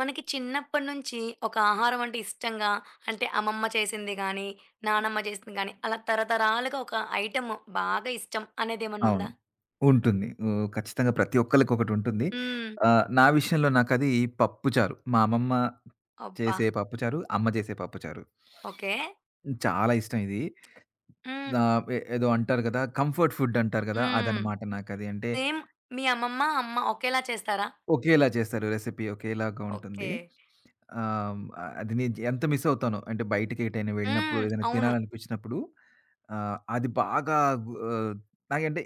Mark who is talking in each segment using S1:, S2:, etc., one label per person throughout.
S1: మనకి చిన్నప్పటి నుంచి ఒక ఆహారం అంటే ఇష్టంగా అంటే అమ్మమ్మ చేసింది గానీ, నానమ్మ చేసింది గానీ, అలా తరతరాలుగా ఒక ఐటెమ్ బాగా ఇష్టం అనేదేమన్నా
S2: అవును.
S1: ఉందా?
S2: ఉంటుంది. హ్మ్. ఖచ్చితంగా ప్రతి ఒక్కళ్ళకి ఒకటుంటుంది.
S1: హ్మ్.
S2: నా విషయంలో నాకది పప్పుచారు. మా అమ్మమ్మ
S1: అబ్బా!
S2: చేసే పప్పుచారు, అమ్మ చేసే పప్పుచారు.
S1: ఓకే.
S2: చాలా ఇష్టం ఇది.
S1: హ్మ్.
S2: ఆహ్, ఎ ఏదో అంటారు గదా! కంఫర్ట్ ఫుడ్ అంటారు గదా!
S1: హ్మ్.
S2: అదనమాట నాకది. అంటే
S1: సేమ్ మీ అమ్మమ్మ, అమ్మ ఒకేలా చేస్తారా?
S2: ఒకేలా చేస్తారు, రెసిపీ ఒకేలాగా ఉంటుంది.
S1: ఓకే.
S2: ఆహ్, అది నేను ఎంత మిస్ అవుతానో, అంటే బయటికి ఎటైనా వెళ్ళినప్పుడు
S1: హ్మ్.
S2: ఏదైనా
S1: అవును.
S2: తినాలనిపించినప్పుడు అది బాగా గు ఆహ్, నాకంటే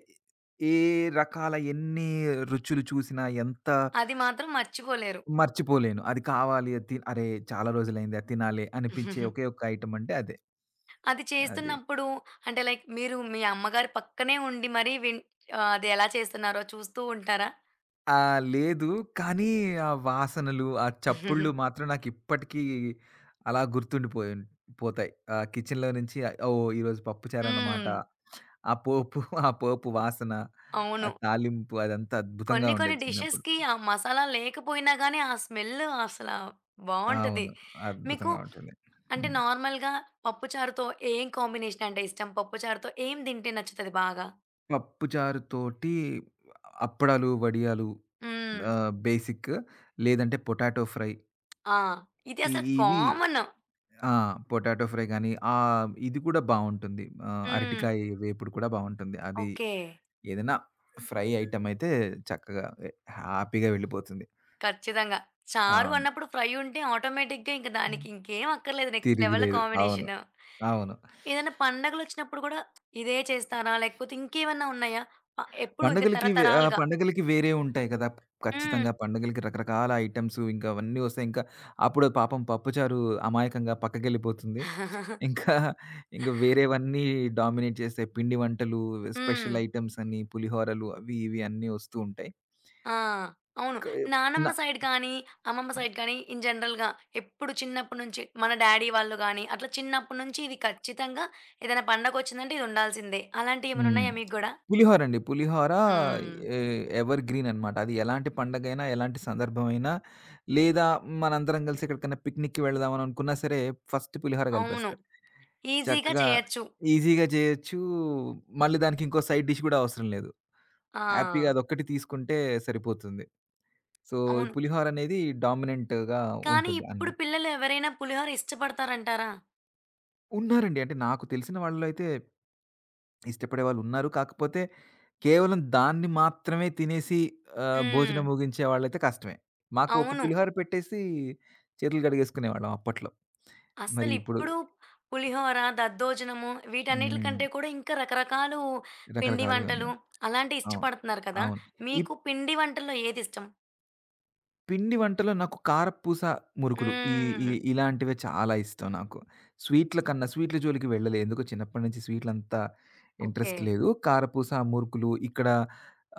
S2: ఏ రకాల ఎన్ని రుచులు చూసినా ఎంత
S1: అది మాత్రం మర్చిపోలేరు.
S2: మర్చిపోలేను. అది కావాలి, అది అరే! చాలా రోజులైంది అది తినాలి అనిపించే ఒకే ఒక్క ఐటెమ్ అంటే అదే.
S1: అది
S2: అది.
S1: చేస్తున్నప్పుడు అంటే లైక్ మీరు మీ అమ్మగారి పక్కనే ఉండి మరీ అది ఎలా చేస్తున్నారో చూస్తూ ఉంటారా?
S2: ఆ! లేదు. కానీ ఆ వాసనలు, ఆ చప్పుళ్ళు మాత్రం నాకిప్పటికీ అలా పోతాయి. ఆ కిచెన్‌లో నుంచి ఓహ్! ఈరోజు పప్పుచారన్నమాట.
S1: హ్మ్.
S2: ఆ పోపు, ఆ పోపు వాసన, ఆ
S1: అవును.
S2: తాలింపు అదంతా అద్భుతంగా
S1: కొన్ని కొన్ని
S2: ఉండేది చిన్నప్పుడు.
S1: డిషెస్‌కి ఆ మసాలా లేకపోయినా గానీ, ఆ స్మెల్ అసలా బావుంటది.
S2: అవును.
S1: మీకు
S2: అద్భుతంగా ఉంటుంది.
S1: అంటే
S2: హ్మ్.
S1: నార్మల్‌గా పప్పుచారుతో ఏం కాంబినేషన్ అంటే ఇష్టం? పప్పుచారుతో ఏం తింటే నచ్చుతది బాగా?
S2: పప్పుచారుతోటి అప్పడాలు, వడియాలు,
S1: హ్మ్.
S2: బేసిక్. లేదంటే పొటాటో ఫ్రై.
S1: ఆ! ఇది
S2: ఇ
S1: అసలు
S2: ఇవి
S1: కామన్.
S2: ఆ! పొటాటో ఫ్రై గాని, ఇది కూడా బావుంటుంది.
S1: హ్మ్.
S2: అరటికాయ వేపుడు కూడా బావుంటుంది. అది
S1: ఓకే.
S2: ఏదైనా ఫ్రై ఐటెమ్ అయితే చక్కగా హ్యాపీగా వెళ్ళిపోతుంది.
S1: ఖచ్చితంగా. చారు
S2: అవును.
S1: అన్నప్పుడు ఫ్రై ఉంటే ఆటోమేటిక్‌గా ఇంక దానికి ఇంకేం అక్కర్లేదు నెక్స్ట్ లెవెల్
S2: తిరుగులేదు. అవును.
S1: కాంబినేషన్.
S2: అవును.
S1: ఏదైనా పండగలొచ్చినప్పుడు గూడా ఇదే చేస్తారా? లేకపోతే ఇంకేమన్నా ఉన్నాయా? ఎప్పుడు ఇంక
S2: పండుగలకి వే ఆ!
S1: తరతరాలుగా?
S2: పండుగలకి వేరే ఉంటాయి కదా! ఖచ్చితంగా పండుగలకి రకరకాల ఐటెమ్స్ ఇంకా అవన్నీ వస్తాయి. ఇంకా అప్పుడు పాపం పప్పుచారు అమాయకంగా పక్కకెళ్ళిపోతుంది.
S1: హ్మ్.
S2: ఇంకా, ఇంకా వేరేవన్నీ డామినేట్ చేస్తాయి. పిండి వంటలు,
S1: హ్మ్.
S2: స్పెషల్ ఐటెమ్స్ అని, పులిహోరలు, అవి ఇవి అన్నీ వస్తూ ఉంటాయి.
S1: ఆ! అవును.
S2: క న
S1: నానమ్మ సైడ్ కానీ, అమ్మమ్మ సైడ్ కానీ ఇన్ జనరల్‌గా ఎప్పుడు చిన్నప్పటి నుంచి మన డ్యాడీ వాళ్ళు గానీ, అట్లా చిన్నప్పటి నుంచి ఇది ఖచ్చితంగా ఏదైనా పండగొచ్చిందంటే ఇది ఉండాల్సిందే. అలాంటియేమైనా
S2: హ్మ్.
S1: ఉన్నాయా మీకు గూడా?
S2: పులిహోర అండి. పులిహోర
S1: హ్మ్.
S2: ఎ ఎవర్ గ్రీన్ అనమాట. అది ఎలాంటి పండగైనా, ఎలాంటి సందర్భమైనా, లేదా మనందరం కలిసి ఎక్కడికైనా పిక్నిక్‌కి వెళ్దాం అని అనుకున్నా సరే, ఫస్ట్ పులిహోర
S1: అవును.
S2: కలిపేస్తారు.
S1: ఈజీగా
S2: చక్కగా,
S1: చేయొచ్చు.
S2: ఈజీగా చేయొచ్చు. మళ్ళీ దానికి ఇంకో సైడ్ డిష్ గూడా అవసరం లేదు. హ్యాపీగా
S1: ఆ!
S2: అదొక్కటి తీసుకుంటే సరిపోతుంది. సో, ఈ
S1: అవును.
S2: పులిహోర అనేది డామినెంట్‌గా
S1: కానీ
S2: ఉంటుంది
S1: ఇప్పుడు
S2: అన్ని.
S1: పిల్లలు ఎవరైనా పులిహోర ఇష్టపడతారంటారా?
S2: ఉన్నారండి. అంటే నాకు తెలిసిన వాళ్ళలో అయితే ఇష్టపడే వాళ్ళున్నారు. కాకపోతే కేవలం దాన్ని మాత్రమే తినేసి
S1: హ్మ్.
S2: భోజనం ముగించే వాళ్ళైతే కష్టమే. మాకు ఒక
S1: అవును.
S2: పులిహోర పెట్టేసి చేతులు కడిగేసుకునేవాళ్ళం అప్పట్లో. మరి ఇప్పుడు.
S1: అస్సలిప్పుడు పులిహోర, దద్దోజనము వీటన్నిట్లి
S2: హ్మ్.
S1: కంటే కూడా ఇంకా రకరకాలు పిండి వంటలు
S2: రకరకాలుగున్నాయి.
S1: అలాంటియి
S2: అవును.
S1: ఇష్టపడుతున్నారు కదా!
S2: అవును. ఇప్
S1: మీకు పిండి వంటల్లో ఏదిష్టం?
S2: పిండి వంటలో నాకు కారపూస, మురుకులు. ఈ ఈ
S1: హ్మ్.
S2: ఇలాంటివే చాలా ఇష్టం నాకు. స్వీట్‌ల జోలికి వెళ్ళలే. ఎందుకో చిన్నప్పటి నుంచి స్వీట్‌లంతా
S1: ఓకే.
S2: ఇంట్రెస్ట్ లేదు. కారపూస, మురుకులు ఇక్కడ,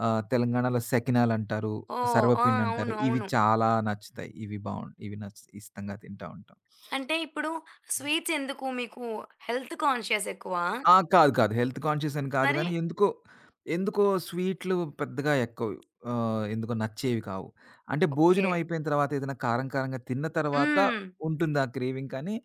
S2: తెలంగాణలో సెకినాలంటారు,
S1: ఓహ్! ఆ!
S2: సర్వపిండంటారు.
S1: అవును.
S2: ఇవి
S1: అవును.
S2: చాలా నచ్చుతాయి. ఇవి బావుం ఇవి నచ్ ఇష్టంగా తింటా ఉంటాం.
S1: అంటే ఇప్పుడు స్వీట్స్ ఎందుకు మీకు హెల్త్ కాన్షియస్ ఎక్కువా?
S2: ఆ! కాదు. కాదు. హెల్త్ కాన్షియస్ అని కాదు
S1: మరి
S2: గానీ, ఎందుకో, స్వీట్లు పెద్దగా ఎక్కువ, ఆహ్, ఎందుకో నచ్చేవి కావు. అంటే
S1: ఓకే.
S2: భోజనం అయిపోయిన తర్వాత ఏదైనా కారం కారంగా తిన్న తర్వాత
S1: హ్మ్.
S2: ఉంటుంది ఆ క్రేవింగ్, కానీ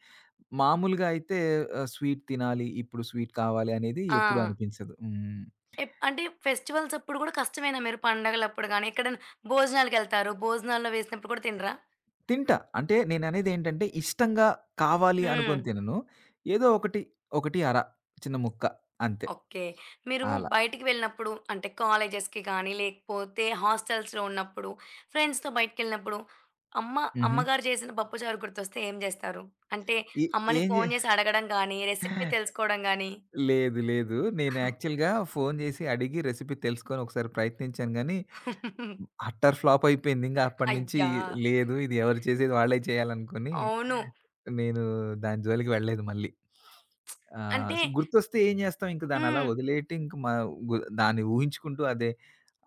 S2: మామూలుగా అయితే స్వీట్ తినాలి, ఇప్పుడు స్వీట్ కావాలి అనేది
S1: ఆ!
S2: ఎప్పుడూ అనిపించదు. హ్మ్.
S1: అంటే ఫెస్టివల్స్ అప్పుడు గూడా కష్టమేనా మీరు పండగలప్పుడు గాని, ఎక్కడైనా భోజనాలకెళ్తారు. భోజనాల్లో వేసినప్పుడు కూడా తినరా?
S2: తింటా. అంటే నేననేదేంటంటే, ఇష్టంగా కావాలి
S1: హ్మ్.
S2: అనుకోని తినను. ఏదో ఒకటి, ఒకటి అర చిన్న ముక్క అంతే.
S1: ఓకే. మీరు
S2: అలా.
S1: బయటికి వెళ్ళినప్పుడు అంటే కాలేజెస్‌కి కానీ, లేకపోతే హాస్టల్స్‌లో ఉన్నప్పుడు, ఫ్రెండ్స్‌తో బయటికెళ్ళినప్పుడు అమ్మ
S2: హుహు.
S1: అమ్మగారు చేసిన పప్పుచారు గుర్తొస్తే ఏం చేస్తారు? అంటే
S2: ఏ
S1: అమ్మని
S2: ఏం
S1: ఫోను చేసి అడగడం గానీ, రెసిపీ
S2: జే
S1: తెలుసుకోవడం గానీ?
S2: లేదు. లేదు. నేను యాక్చువల్‌గా ఫోను జేసి అడిగి రెసిపీ తెలుసుకొని ఒకసారి ప్రయత్నించాను గానీ, అట్టర్ ఫ్లాప్ అయిపోయింది. ఇంగ అప్పటినుంచి
S1: అయ్యా!
S2: లేదు, ఇది ఎవరు చేసేది వాళ్ళే చేయాలనుకోని,
S1: అవును.
S2: నేను దాని జోలికి వెళ్ళలేదు మళ్ళీ.
S1: అంటే
S2: సో, గుర్తొస్తే ఏం జేస్తాం, ఇంక దాన్నలా
S1: హ్మ్.
S2: వదిలేయట్టి, ఇంక మ గు దాన్ని ఊహించుకుంటూ,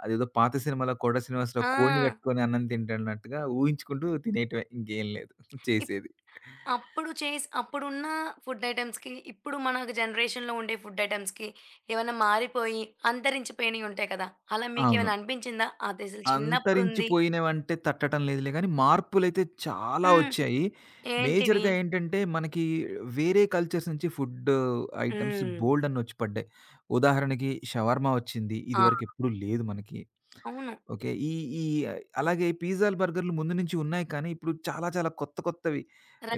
S2: అదేదో పాత సినిమాలో 'కోట శ్రీనివాసరావు'
S1: ఆ!
S2: కోడిని గట్టుకొని అన్నం తింటున్నట్టుగా ఊహించుకుంటూ తినేయటమే, ఇంకేం లేదు చేసేది.
S1: అప్పుడు చేసి అప్పుడున్న ఫుడ్ ఐటెమ్స్‌కి, ఇప్పుడు మన జనరేషన్‌లో ఉండే ఫుడ్ ఐటెమ్స్‌కి ఏవన్నా మారిపోయి, అంతరించిపోయినయి ఉంటాయి కదా! అలా
S2: అవును.
S1: మీకేమైనా అనిపించిందా? అది అసలు చిన్నప్పుడుంది
S2: అంతరించిపోయినవంటే తట్టడం లేదులే గానీ, మార్పులైతే చాలా
S1: హ్మ్.
S2: ఒచ్చాయి.
S1: ఏంటివి?
S2: మేజర్‌గా ఏంటంటే, మనకి వేరే కల్చర్స్ నుంచి ఫుడ్ ఐటెమ్స్
S1: హ్మ్.
S2: బోలెడన్నొచ్చి పడ్డాయి. ఉదాహరణకి షవర్మా ఒచ్చింది.
S1: ఆ!
S2: ఇదివరకెప్పుడు లేదు మనకి.
S1: అవును.
S2: ఓకే. ఈ ఈ అలాగే పిజ్జాలు, బర్గర్‌లు ముందు నుంచి ఉన్నాయి, కానీ ఇప్పుడు చాలా చాలా కొత్త కొత్తవి,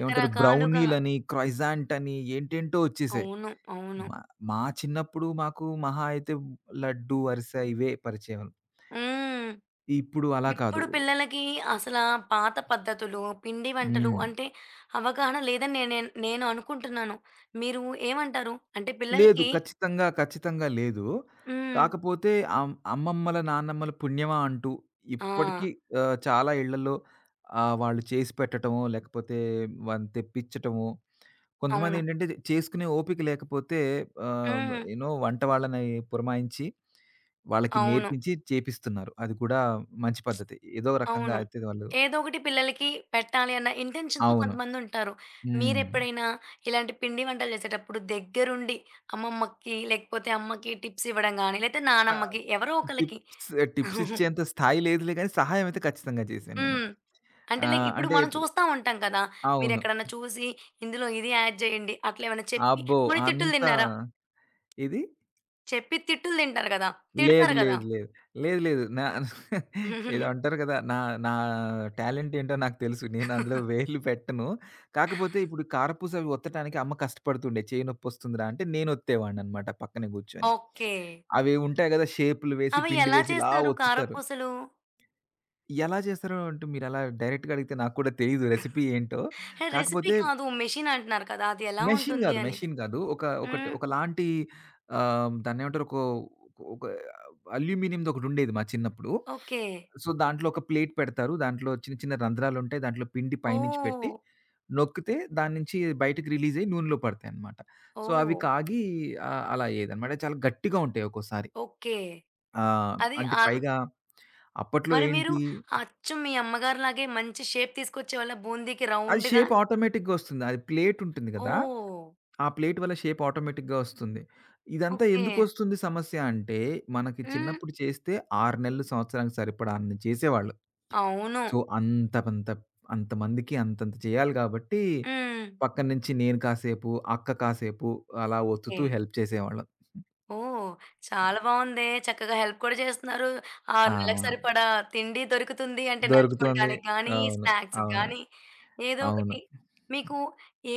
S2: ఏమంటారు, బ్రౌనీలని, క్రోయిజాంట్ అని ఏంటేంటో ఒచ్చేసాయి.
S1: అవును. అవును.
S2: మా మా చిన్నప్పుడు మాకు మహా అయితే లడ్డు, అరిసె ఇవే పరిచయం.
S1: హ్మ్.
S2: ఇప్పుడు అలా కాదు.
S1: ఇప్పుడు పిల్లలకి అసలా పాత పద్ధతులు, పిండి వంటలు
S2: హ్మ్.
S1: అంటే అవగాహన లేదని నేను అనుకుంటున్నాను. మీరు ఏమంటారు? అంటే
S2: లేదు.
S1: పిల్లలకి
S2: ఖచ్చితంగా, ఖచ్చితంగా లేదు.
S1: హ్మ్.
S2: కాకపోతే అమ్మమ్మల, నాన్నమ్మల పుణ్యమా అంటూ
S1: ఆ!
S2: ఇప్పటికీ చాలా ఇళ్లలో వాళ్ళు చేసి పెట్టటమో, లేకపోతే వాళ్ళని తెప్పించటమో,
S1: అవును.
S2: కొంతమందేంటంటే చేసుకునే ఓపిక లేకపోతే ఆహ్,
S1: హ్మ్.
S2: యూ నో వంట వాళ్ళని పురమాయించి, వాళ్ళకి
S1: అవును.
S2: నేర్పించి చేపిస్తున్నారు. అది కూడా మంచి పద్ధతి. ఏదో రకంగా
S1: అవును.
S2: అయితే వాళ్ళు.
S1: ఏదో ఒకటి పిల్లలకి పెట్టాలి అన్న ఇంటెన్షన్‌తో
S2: అవును.
S1: కొంతమందుంటారు.
S2: హ్మ్.
S1: మీరెప్పుడైనా ఇలాంటి పిండి వంటలు చేసేటప్పుడు దగ్గరుండి అమ్మమ్మకి, లేకపోతే అమ్మకి టిప్స్ ఇవ్వడం గాని, లేతే
S2: ఆ!
S1: నానమ్మకి ఎవరో ఒకళ్ళకి
S2: టిప్స్
S1: హ్మ్.
S2: టిప్స్ ఇచ్చేంత స్థాయి లేదులే గానీ, సహాయం అయితే ఖచ్చితంగా చేశాను నేను.
S1: అంటే లైక్ ఇప్పుడు
S2: అంటే
S1: మనం
S2: ఇప్పుడు.
S1: చూస్తా ఉంటాం కదా!
S2: అవును.
S1: మీరెక్కడన్నా చూసి ఇందులో ఇది యాడ్ చేయండి అట్లా ఏమైనా చెప్పి
S2: అబ్బో!
S1: పోనీ తిట్టులు
S2: అంత
S1: తిన్నారా?
S2: ఇది
S1: చెప్పి తిట్టులు తింటారు కదా!
S2: లేదు,
S1: తిడతారు కదా!
S2: లేదు, లేదు. లేదు, లేదు. నా ఏదో అంటారు కదా! నా నా టాలెంట్ ఏంటో నాకు తెలుసు. నేను అందులో వేలు పెట్టను. కాకపోతే ఇప్పుడు కారపూస అవి ఒత్తటానికి అమ్మ కష్టపడుతుండే. "చేయి నొప్పొస్తుందిరా" అంటే నేనొత్తేవాడిననమాట పక్కనే కూర్చొని.
S1: ఓకే.
S2: అవి ఉంటాయి గదా! షేపులు వేసి,
S1: అవి
S2: పిండి
S1: ఎలా
S2: వేసి ఇలా
S1: చేస్తారు
S2: ఒత్తుతారు.
S1: కారపూసలు?
S2: ఎలా చేస్తారో అంటే మీరలా డైరెక్ట్‌గా అడిగితే నాకు కూడా తెలీదు రెసిపీ ఏంటో.
S1: హే! రెసిపీ
S2: కాకపోతే
S1: కాదు. మెషిన్ అంటున్నారు కదా! అది ఎలా
S2: మెషిన్
S1: ఉంటుంది
S2: గాదు,
S1: అని.
S2: మెషిన్ గాదు. ఒక ఒకటి
S1: హ్మ్.
S2: ఒకలాంటి, దాన్నేమంటారు, ఒక ఒక అల్యూమినియంది ఒకటుండేది మా చిన్నప్పుడు.
S1: ఓకే.
S2: సో, దాంట్లో ఒక ప్లేట్ పెడతారు. దాంట్లో చిన్న చిన్న రంధ్రాలుంటాయి. దాంట్లో పిండి పైనుంచి
S1: ఓహ్!
S2: పెట్టి, నొక్కితే దాని నుంచి బయటకి రిలీజ్ అయ్యి నూనెలో పడతాయన్నమాట. సో, అవి
S1: ఓహ్!
S2: కాగి అలా అయ్యేదన్నమాట. చాలా గట్టిగా ఉంటాయి ఒక్కోసారి.
S1: ఓకే.
S2: ఆహ్,
S1: అది
S2: అంటే పైగా అప్పట్లో
S1: మరి మీరు
S2: ఏంటి,
S1: అచ్చు మీ అమ్మగారిలాగే మంచి షేప్ తీసుకొచ్చేవాళ్ళా బూందీకి
S2: అది
S1: రౌండ్‌గా?
S2: షేప్ ఆటోమేటిక్‌గా వస్తుంది. అది ప్లేట్ ఉంటుంది గదా!
S1: ఓహ్!
S2: ఆ ప్లేట్ వల్ల షేప్ ఆటోమేటిక్‌గా వస్తుంది. ఇదంతా
S1: ఓకే.
S2: ఎందుకొస్తుంది సమస్య అంటే, మనకి
S1: హ్మ్.
S2: చిన్నప్పుడు చేస్తే 6 నెలలు, సంవత్సరానికి సరిపడా అన్ని చేసేవాళ్ళు.
S1: అవును.
S2: సో, అంతమందికి అంతంత చేయాలి గాబట్టి,
S1: హ్మ్.
S2: పక్కన నుంచి నేను కాసేపు, అక్క కాసేపు అలా
S1: ఓకే.
S2: ఒత్తుతూ హెల్ప్ చేసేవాళ్ళం.
S1: ఓహ్! చాలా బావుందే. చక్కగా హెల్ప్ కూడా చేస్తున్నారు. ఆ
S2: ఆ!
S1: నెలకు సరిపడా తిండి దొరుకుతుంది. అంటే
S2: దొరుకుతుంది.
S1: నంచుకోవడానికి గానీ,
S2: అవును.
S1: స్నాక్స్‌కి
S2: అవును.
S1: గానీ ఏదో
S2: అవును.
S1: ఒకటి. మీకు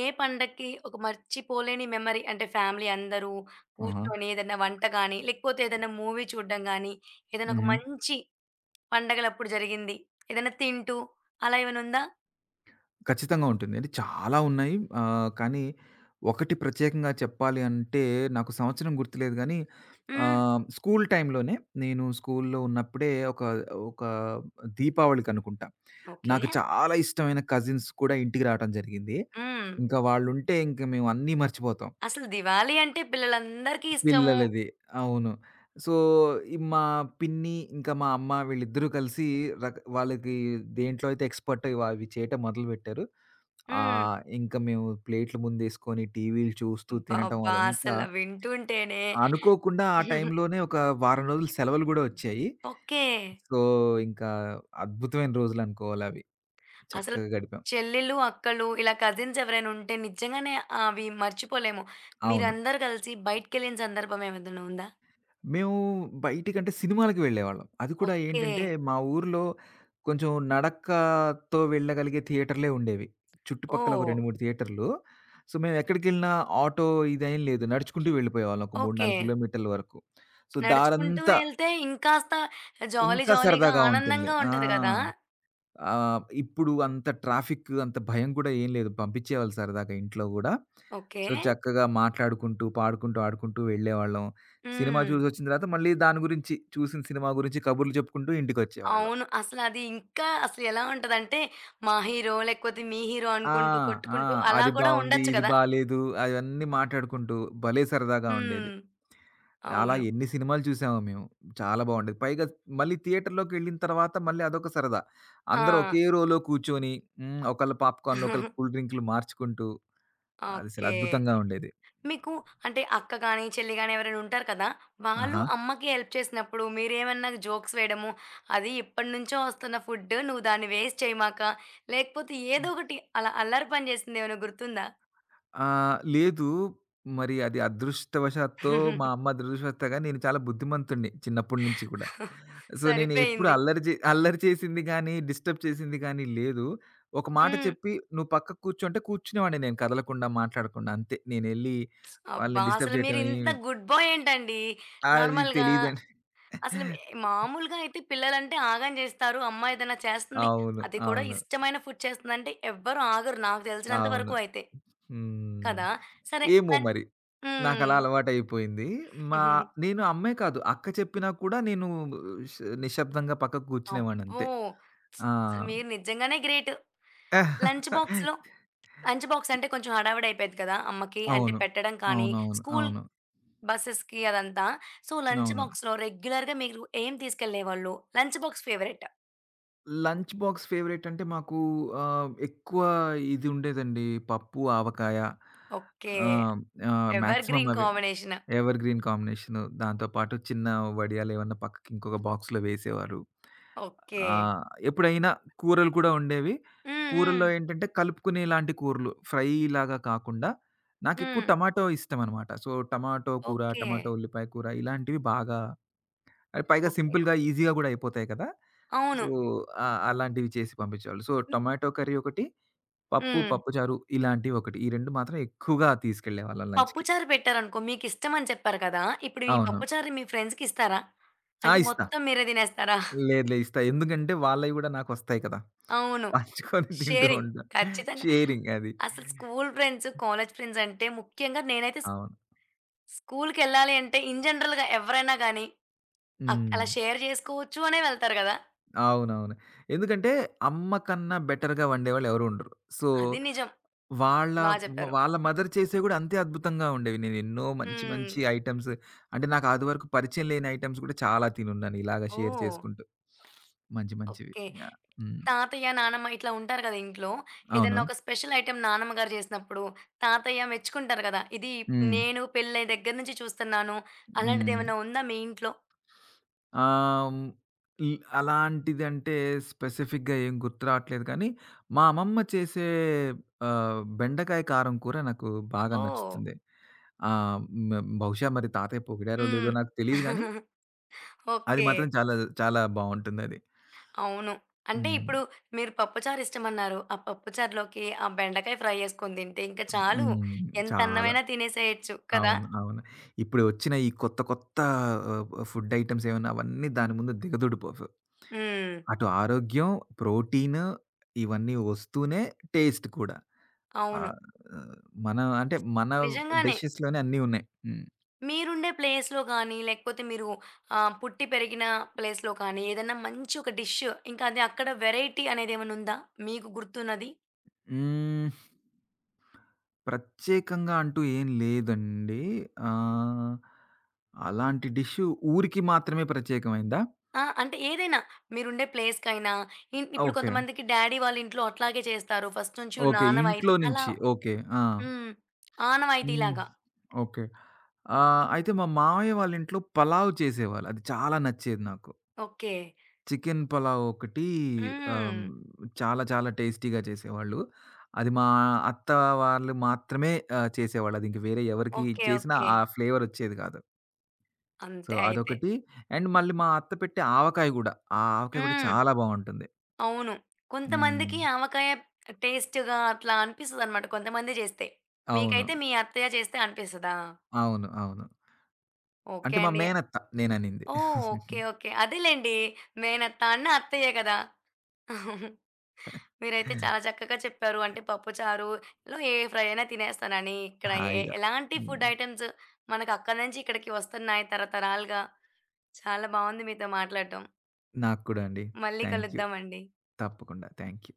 S1: ఏ పండక్కి ఒక మర్చిపోలేని మెమరీ అంటే ఫ్యామిలీ అందరూ
S2: ఆహా!
S1: కూర్చొని ఏదైనా వంట గానీ, లేకపోతే ఏదైనా మూవీ చూడడం గానీ, ఏదైనా ఒక
S2: హుహు.
S1: మంచి పండగలప్పుడు జరిగింది. ఏదైనా తింటూ అలా ఏమైనా ఉందా?
S2: ఖచ్చితంగా ఉంటుంది. అంటే చాలా ఉన్నాయి. కానీ ఒకటి ప్రత్యేకంగా చెప్పాలి అంటే, నాకు సంవత్సరం గుర్తులేదు గానీ,
S1: హ్మ్.
S2: స్కూల్ టైమ్‌లోనే, నేను స్కూల్‌లో ఉన్నప్పుడే ఒక ఒక దీపావళికనుకుంటా.
S1: ఓకే.
S2: నాకు చాలా ఇష్టమైన కజిన్స్ కూడా ఇంటికి రావటం జరిగింది.
S1: హ్మ్.
S2: ఇంకా వాళ్ళుంటే ఇంక మేము అన్నీ మర్చిపోతాం.
S1: అసలు దివాళీ అంటే పిల్లలందరికీ ఇష్టము.
S2: పిల్లలది. అవును. సో, ఈ మా పిన్ని, ఇంకా మా అమ్మ వీళ్ళిద్దరూ కలిసి వాళ్ళకి దేంట్లో అయితే ఎక్స్‌పర్టో అవి చేయటం మొదలుపెట్టారు.
S1: హ్మ్.
S2: ఇంక మేము ప్లేట్‌లు ముందేసుకొని, టీవీలు చూస్తూ తినటం
S1: అబ్బబ్బా!
S2: అదంతా
S1: అసల వింటుంటేనే
S2: అనుకోకుండా ఆ టైంలోనే ఒక వారం రోజులు సెలవులు గూడా వచ్చాయి.
S1: ఓకే.
S2: సో, ఇంకా అద్భుతమైన రోజులనుకోవాలవి.
S1: అసలు
S2: చక్కగా గడిపాం.
S1: చెల్లెలు, అక్కలు ఇలా కజిన్స్ ఎవరైనా ఉంటే నిజంగానే అవి మర్చిపోలేము.
S2: అవును.
S1: మీరందరూ కలిసి బయటికెళ్ళిన సందర్భం ఏమేదైనా ఉందా?
S2: మేము బయటికంటే సినిమాలకి వెళ్ళేవాళ్ళం. అది కూడా
S1: ఓకే.
S2: ఏంటంటే, మా ఊర్లో కొంచెం నడకతో వెళ్ళగలిగే థియేటర్‌లే ఉండేవి. చుట్టుపక్కల ఒక
S1: ఓహ్!
S2: 2, 3 థియేటర్లు. సో, మేము ఎక్కడికెళ్ళినా ఆటో ఇదేం లేదు. నడుచుకుంటూ వెళ్ళిపోయేవాళ్ళం ఒక 3,
S1: ఓకే.
S2: 4 కిలోమీటర్ల వరకు. సో,
S1: నడుచుకుంటూ
S2: దారంతా
S1: ఎళ్తే ఇంకాస్త జాలీ
S2: ఇంకా
S1: జాలీగా
S2: సరదాగా ఉంటుంది.
S1: ఆనందంగా
S2: ఆ!
S1: ఉంటది గదా!
S2: ఇప్పుడు అంత ట్రాఫిక్, అంత భయం కూడా ఏం లేదు. పంపించేవాళ్ళు సరదాగా ఇంట్లో గూడా.
S1: ఓకే.
S2: సో, చక్కగా మాట్లాడుకుంటూ, పాడుకుంటూ, ఆడుకుంటూ వెళ్ళేవాళ్ళం. సినిమా
S1: హ్మ్.
S2: చూసొచ్చిన తర్వాత మళ్ళీ దాని గురించి, చూసిన సినిమా గురించి కబుర్లు చెప్పుకుంటూ ఇంటికొచ్చేవాళ్ళం.
S1: అవును. అసలది ఇంకా అసలు ఎలా ఉంటదంటే మా హీరో లేకపోతే మీ హీరో
S2: ఆ!
S1: అనుకుంటూ
S2: ఆ!
S1: కొట్టుకుంటూ అలా
S2: అది
S1: గూడా
S2: బావుంది,
S1: ఉండొచ్చు
S2: ఇది
S1: కదా!
S2: బాలేదు, అవన్నీ మాట్లాడుకుంటూ భలే సరదాగా ఉండేది.
S1: హ్మ్.
S2: అలా
S1: అవును.
S2: ఎన్ని సినిమాలు చూసామో మేము. చాలా బావుండేది. పైగా మళ్ళీ థియేటర్‌లోకెళ్ళిన తర్వాత మళ్ళీ అదొక సరదా.
S1: ఆ!
S2: అందరూ ఒకే రోలో కూర్చొని, ఒకళ్ళు పాప్‌కార్న్‌లు, ఒకళ్ళు కూల్ డ్రింక్‌లు మార్చుకుంటూ, అది అసలు
S1: ఓకే.
S2: అద్భుతంగా ఉండేది.
S1: మీకు అంటే అక్క గాని, చెల్లి గాని ఎవరైనా ఉంటారు కదా! వాళ్ళు
S2: ఆహా!
S1: అమ్మకి హెల్ప్ చేసినప్పుడు మీరేమన్నా జోక్స్ వేయడము, అది ఇప్పటినుంచో వస్తున్న ఫుడ్ నువ్వు దాన్ని వేస్ట్ చేయమాక, లేకపోతే ఏదో ఒకటి అలా అల్లరి పని చేసిందేమైనా గుర్తుందా?
S2: ఆ! లేదు. మరి అది అదృష్టవశాత్తొ, మా అమ్మ దురదృష్టవశాత్తొ గాని, నేను చాలా బుద్ధిమంతుడిని చిన్నప్పటి నుంచి కూడా. సో, నేను ఎప్పుడు
S1: సరిపోయింది.
S2: అల్లరి చేసింది గానీ, డిస్టర్బ్ చేసింది గానీ లేదు. ఒక మాట
S1: హ్మ్.
S2: చెప్పి "నువ్వు పక్కకు కూర్చో" అంటే కూర్చునేవాడిని నేను కదలకుండా, మాట్లాడకుండా అంతే. నేనెళ్ళి వాళ్ళని
S1: అబ్బా!
S2: డిస్టర్బ్
S1: అసలు
S2: చేయటం
S1: మీరింత
S2: ఏమి,
S1: గుడ్ బాయ్ ఏంటండి?
S2: అది
S1: నార్మల్‌గా
S2: తెలీదండి.
S1: అసలు మామూలుగా అయితే పిల్లలంటే ఆగం జేస్తారు. అమ్మ ఏదైనా చేస్తుంది,
S2: అవును.
S1: అది కూడా
S2: అవును.
S1: ఇష్టమైన ఫుడ్ చేస్తుందంటే ఎవ్వరు ఆగరు నాకు తెలిసినంత
S2: అవును.
S1: వరకు అయితే.
S2: హ్మ్.
S1: కదా! సరే
S2: ఏమో
S1: లం
S2: మరి! నాకలా
S1: హ్మ్.
S2: అలవాటయిపోయింది. మా నేను అమ్మే కాదు, అక్క చెప్పినా కూడా నేను ష్ నిశ్శబ్దంగా పక్కకు
S1: అబ్బో!
S2: కూర్చునేవాడినంతే. ఆ!
S1: అసలు మీరు నిజంగానే గ్రేట్. లంచ్ బాక్స్‌లో లంచ్ బాక్స్ అంటే కొంచెం హడావిడైపోయేది కదా! అమ్మకి అంటే
S2: అవును.
S1: పెట్టడం కానీ,
S2: అవునవును.
S1: స్కూల్
S2: అవును.
S1: బసెస్‌కి అదంతా. సో,
S2: అవును.
S1: లంచ్
S2: అవును,
S1: బాక్స్‌లో రెగ్యులర్‌గా మీరు ఏం తీసుకెళ్ళేవాళ్ళు? Lunch box favourite.
S2: Lunch box favourite అంటే మాకు ఎక్కువ ఇది ఉండేదండి. పప్పు, ఆవకాయ,
S1: ఓకే.
S2: ఆహ్, ఆహ్,
S1: ఎవర్
S2: మాక్సిమం
S1: గ్రీన్
S2: అవి
S1: కాంబినేషన్.
S2: Evergreen combination. దాంతో పాటు చిన్న వడియాలు ఏమన్నా పక్కకి ఇంకొక బాక్స్‌లో వేసేవారు.
S1: ఓకే.
S2: ఆహ్, ఎప్పుడైనా కూరలు కూడా ఉండేవి.
S1: హ్మ్. హ్మ్.
S2: కూరల్లో ఏంటంటే, కలుపుకునేలాంటి కూరలు, ఫ్రై లాగా కాకుండా. నాకెక్కువ
S1: హ్మ్.
S2: టమాటో ఇష్టమనమాట. సో, టమాటో కూర,
S1: ఓకే.
S2: టమాటో ఉల్లిపాయ కూర ఇలాంటివి బాగా, అవి పైగా
S1: ఓకే.
S2: సింపుల్‌గా, ఈజీ‌గా గూడా అయిపోతాయి కదా!
S1: అవును.
S2: సో, ఆ! అలాంటివి చేసి పంపించేవాళ్ళు. సో,
S1: హ్మ్.
S2: టొమాటో కర్రీ ఒకటి, పప్పు,
S1: హ్మ్.
S2: పప్పుచారు ఇలాంటివి ఒకటి. ఈ 2 మాత్రం ఎక్కువగా తీసుకెళ్ళేవాళ్ళం లంచ్‌కి.
S1: పప్పుచారు పెట్టారనుకో మీకిష్టమని చెప్పారు కదా! ఇప్పుడు ఈ
S2: అవును.
S1: పప్పుచారు మీ ఫ్రెండ్స్‌కిస్తారా?
S2: ఆ!
S1: అంటే
S2: ఇస్తా.
S1: మొత్తం మీరే తినేస్తారా?
S2: లేదు, లేదు. ఇస్తా. ఎందుకంటే వాళ్ళవి గూడా నాకొస్తాయి కదా!
S1: అవును.
S2: పంచుకొని తింటూ
S1: షేరింగ్.
S2: ఉంటాం.
S1: ఖచ్చితంగా.
S2: షేరింగ్ అది.
S1: అసలు స్కూలు ఫ్రెండ్స్, కాలేజ్ ఫ్రెండ్స్ అంటే ముఖ్యంగా నేనైతే
S2: అవును.
S1: స్కూలుకెళ్ళాలి అంటే ఇన్ జనరల్‌గా ఎవరైనా గానీ
S2: హ్మ్.
S1: అలా షేర్ చేసుకోవచ్చు అనే వెళ్తారు గదా!
S2: అవునవును. ఎందుకంటే అమ్మ కన్నా బెటర్‌గా వండేవాళ్ళు ఎవరు ఉండరు. సో,
S1: అది నిజం.
S2: వాళ్ళ
S1: బా
S2: వ
S1: చెప్పారు.
S2: వాళ్ళ మదర్ చేసేవి గూడా అంతే అద్భుతంగా ఉండేవి. నేనెన్నో మంచి
S1: హ్మ్.
S2: మంచి ఐటెమ్స్, అంటే నాకు అది వరకు పరిచయం లేని ఐటెమ్స్ గూడా చాలా తినున్నాను ఇలాగ షేర్
S1: ఓహ్!
S2: చేసుకుంటూ. మంచి మంచివి.
S1: ఓకే.
S2: యాహ్! హ్మ్.
S1: తాతయ్య, నానమ్మ ఇట్లా ఉంటారు కదా ఇంట్లో. ఏదన్నా
S2: అవును.
S1: ఒక స్పెషల్ ఐటెమ్ నానమ్మ గారు చేసినప్పుడు, తాతయ్య మెచ్చుకుంటారు కదా! ఇది
S2: హ్మ్.
S1: నేను పెళ్ళై దగ్గర నుంచి చూస్తున్నాను.
S2: హ్మ్.
S1: అలాంటిదేమన్నా ఉందా మీ ఇంట్లో?
S2: ఆహ్, హ్మ్. ఈ అలాంటిదంటే స్పెసిఫిక్‌గా ఏం గుర్తు రావట్లేదు కానీ, మా అమ్మమ్మ చేసే బెండకాయ కారం కూర నాకు బాగా
S1: ఓహ్!
S2: నచ్చుతుంది. ఆహ్, మ బహుశా మరి తాతయ్య పొగిడారో లేదో
S1: హ్మ్.
S2: నాకు తెలీదు గానీ, అది
S1: ఓకే.
S2: మాత్రం చాలా చాలా బావుంటుందది.
S1: అవును. అంటే
S2: హ్మ్.
S1: ఇప్పుడు మీరు పప్పుచారు ఇష్టమన్నారు. ఆ పప్పుచారులోకి ఆ బెండకాయ ఫ్రై యేసుకొని తింటే ఇంక చాలు.
S2: హ్మ్.
S1: ఎంత
S2: చాలా.
S1: అన్నమైనా తినేసేయొచ్చు కదా!
S2: అవును. అవును. ఇప్పుడు వచ్చిన ఈ కొత్త కొత్త ఆహ్, ఫుడ్ ఐటెమ్స్ ఏమన్నా అవన్నీ దాని ముందు దిగదుడిపోవు.
S1: హ్మ్.
S2: అటు ఆరోగ్యం, ప్రోటీన్ ఇవన్నీ వస్తూనే టేస్ట్ కూడా.
S1: అవును.
S2: ఆహ్, మన
S1: నిజంగానే.
S2: డిషెస్‌లోనే అన్నీ ఉన్నాయి. హ్మ్.
S1: మీరుండే ప్లేస్‌లో గానీ, లేకపోతే మీరు పుట్టి పెరిగిన ప్లేస్‌లో కానీ, ఏదన్నా మంచి ఒక డిష్ ఇంకా అది అక్కడ వెరైటీ అనేదేమన్నుందా? మీకు గుర్తున్నది?
S2: హ్మ్. ప్రత్యేకంగా అంటూ ఏం లేదండి. ఆహ్, అలాంటి డిష్ ఊరికి మాత్రమే ప్రత్యేకమైందా?
S1: ఆ! అంటే ఏదైనా మీరుండే ప్లేస్‌కైనా ఇప్పుడు
S2: ఓకే.
S1: కొంతమందికి డ్యాడీ వాళ్ళ ఇంట్లో అట్లాగే చేస్తారు. ఫస్ట్ నుంచి ఉన్న
S2: ఓకే. ఇంట్లో
S1: ఆనవాయితీ. అలా
S2: నుంచి. ఓకే. ఆ!
S1: హ్మ్.
S2: హ్మ్.
S1: ఆనవాయితీలాగా.
S2: ఓకే. అయితే మా మామయ్య వాళ్ళ ఇంట్లో పలావ్ చేసేవాళ్ళు. అది చాలా నచ్చేది నాకు.
S1: ఓకే.
S2: చికెన్ పలావ్ ఒకటి,
S1: హ్మ్.
S2: చాలా చాలా టేస్టీగా చేసేవాళ్ళు. అది మా అత్త వాళ్ళు మాత్రమే చేసేవాళ్ళు. అది ఇంక వేరే ఎవరికి
S1: ఓకే.
S2: చేసినా
S1: ఓకే.
S2: ఆ ఫ్లేవర్ వచ్చేది కాదు. సో,
S1: అంతే అయితే.
S2: అదొకటి. అండ్ మళ్ళీ మా అత్త పెట్టే ఆవకాయ గూడా. ఆ ఆవకాయ గూడా
S1: హ్మ్.
S2: చాలా బావుంటుంది.
S1: అవును.
S2: హ్మ్.
S1: కొంతమందికి ఆవకాయ టేస్ట్‌గా అట్లా అనిపిస్తదనమాట కొంతమంది చేస్తే.
S2: అవును.
S1: మీకైతే మీ అత్తయ్య చేస్తే అనిపిస్తదా?
S2: అవును. అవును. అంటే
S1: ఓకే
S2: మా
S1: అండి.
S2: మేనత్త నేననింది.
S1: ఓహ్! ఓకే. ఓకే. అదేలెండి. మేనత్త అన్న అత్తయ్యే కదా! మీరైతే చాలా చక్కగా చెప్పారు. అంటే పప్పు చారులో ఏ ఫ్రై అయినా తినేస్తానని, ఇక్కడ
S2: హాయిగా.
S1: ఎలాంటి ఫుడ్
S2: హ్మ్.
S1: ఐటెమ్స్ మనకు అక్కడి నుంచి ఇక్కడికి వస్తున్నాయి తరతరాలుగా. చాలా బావుంది మీతో మాట్లాడటం.
S2: నాకు కూడా అండి.
S1: మళ్ళీ
S2: థాంక్ యూ.
S1: కలుద్దామండి.
S2: తప్పకుండా. Thank you.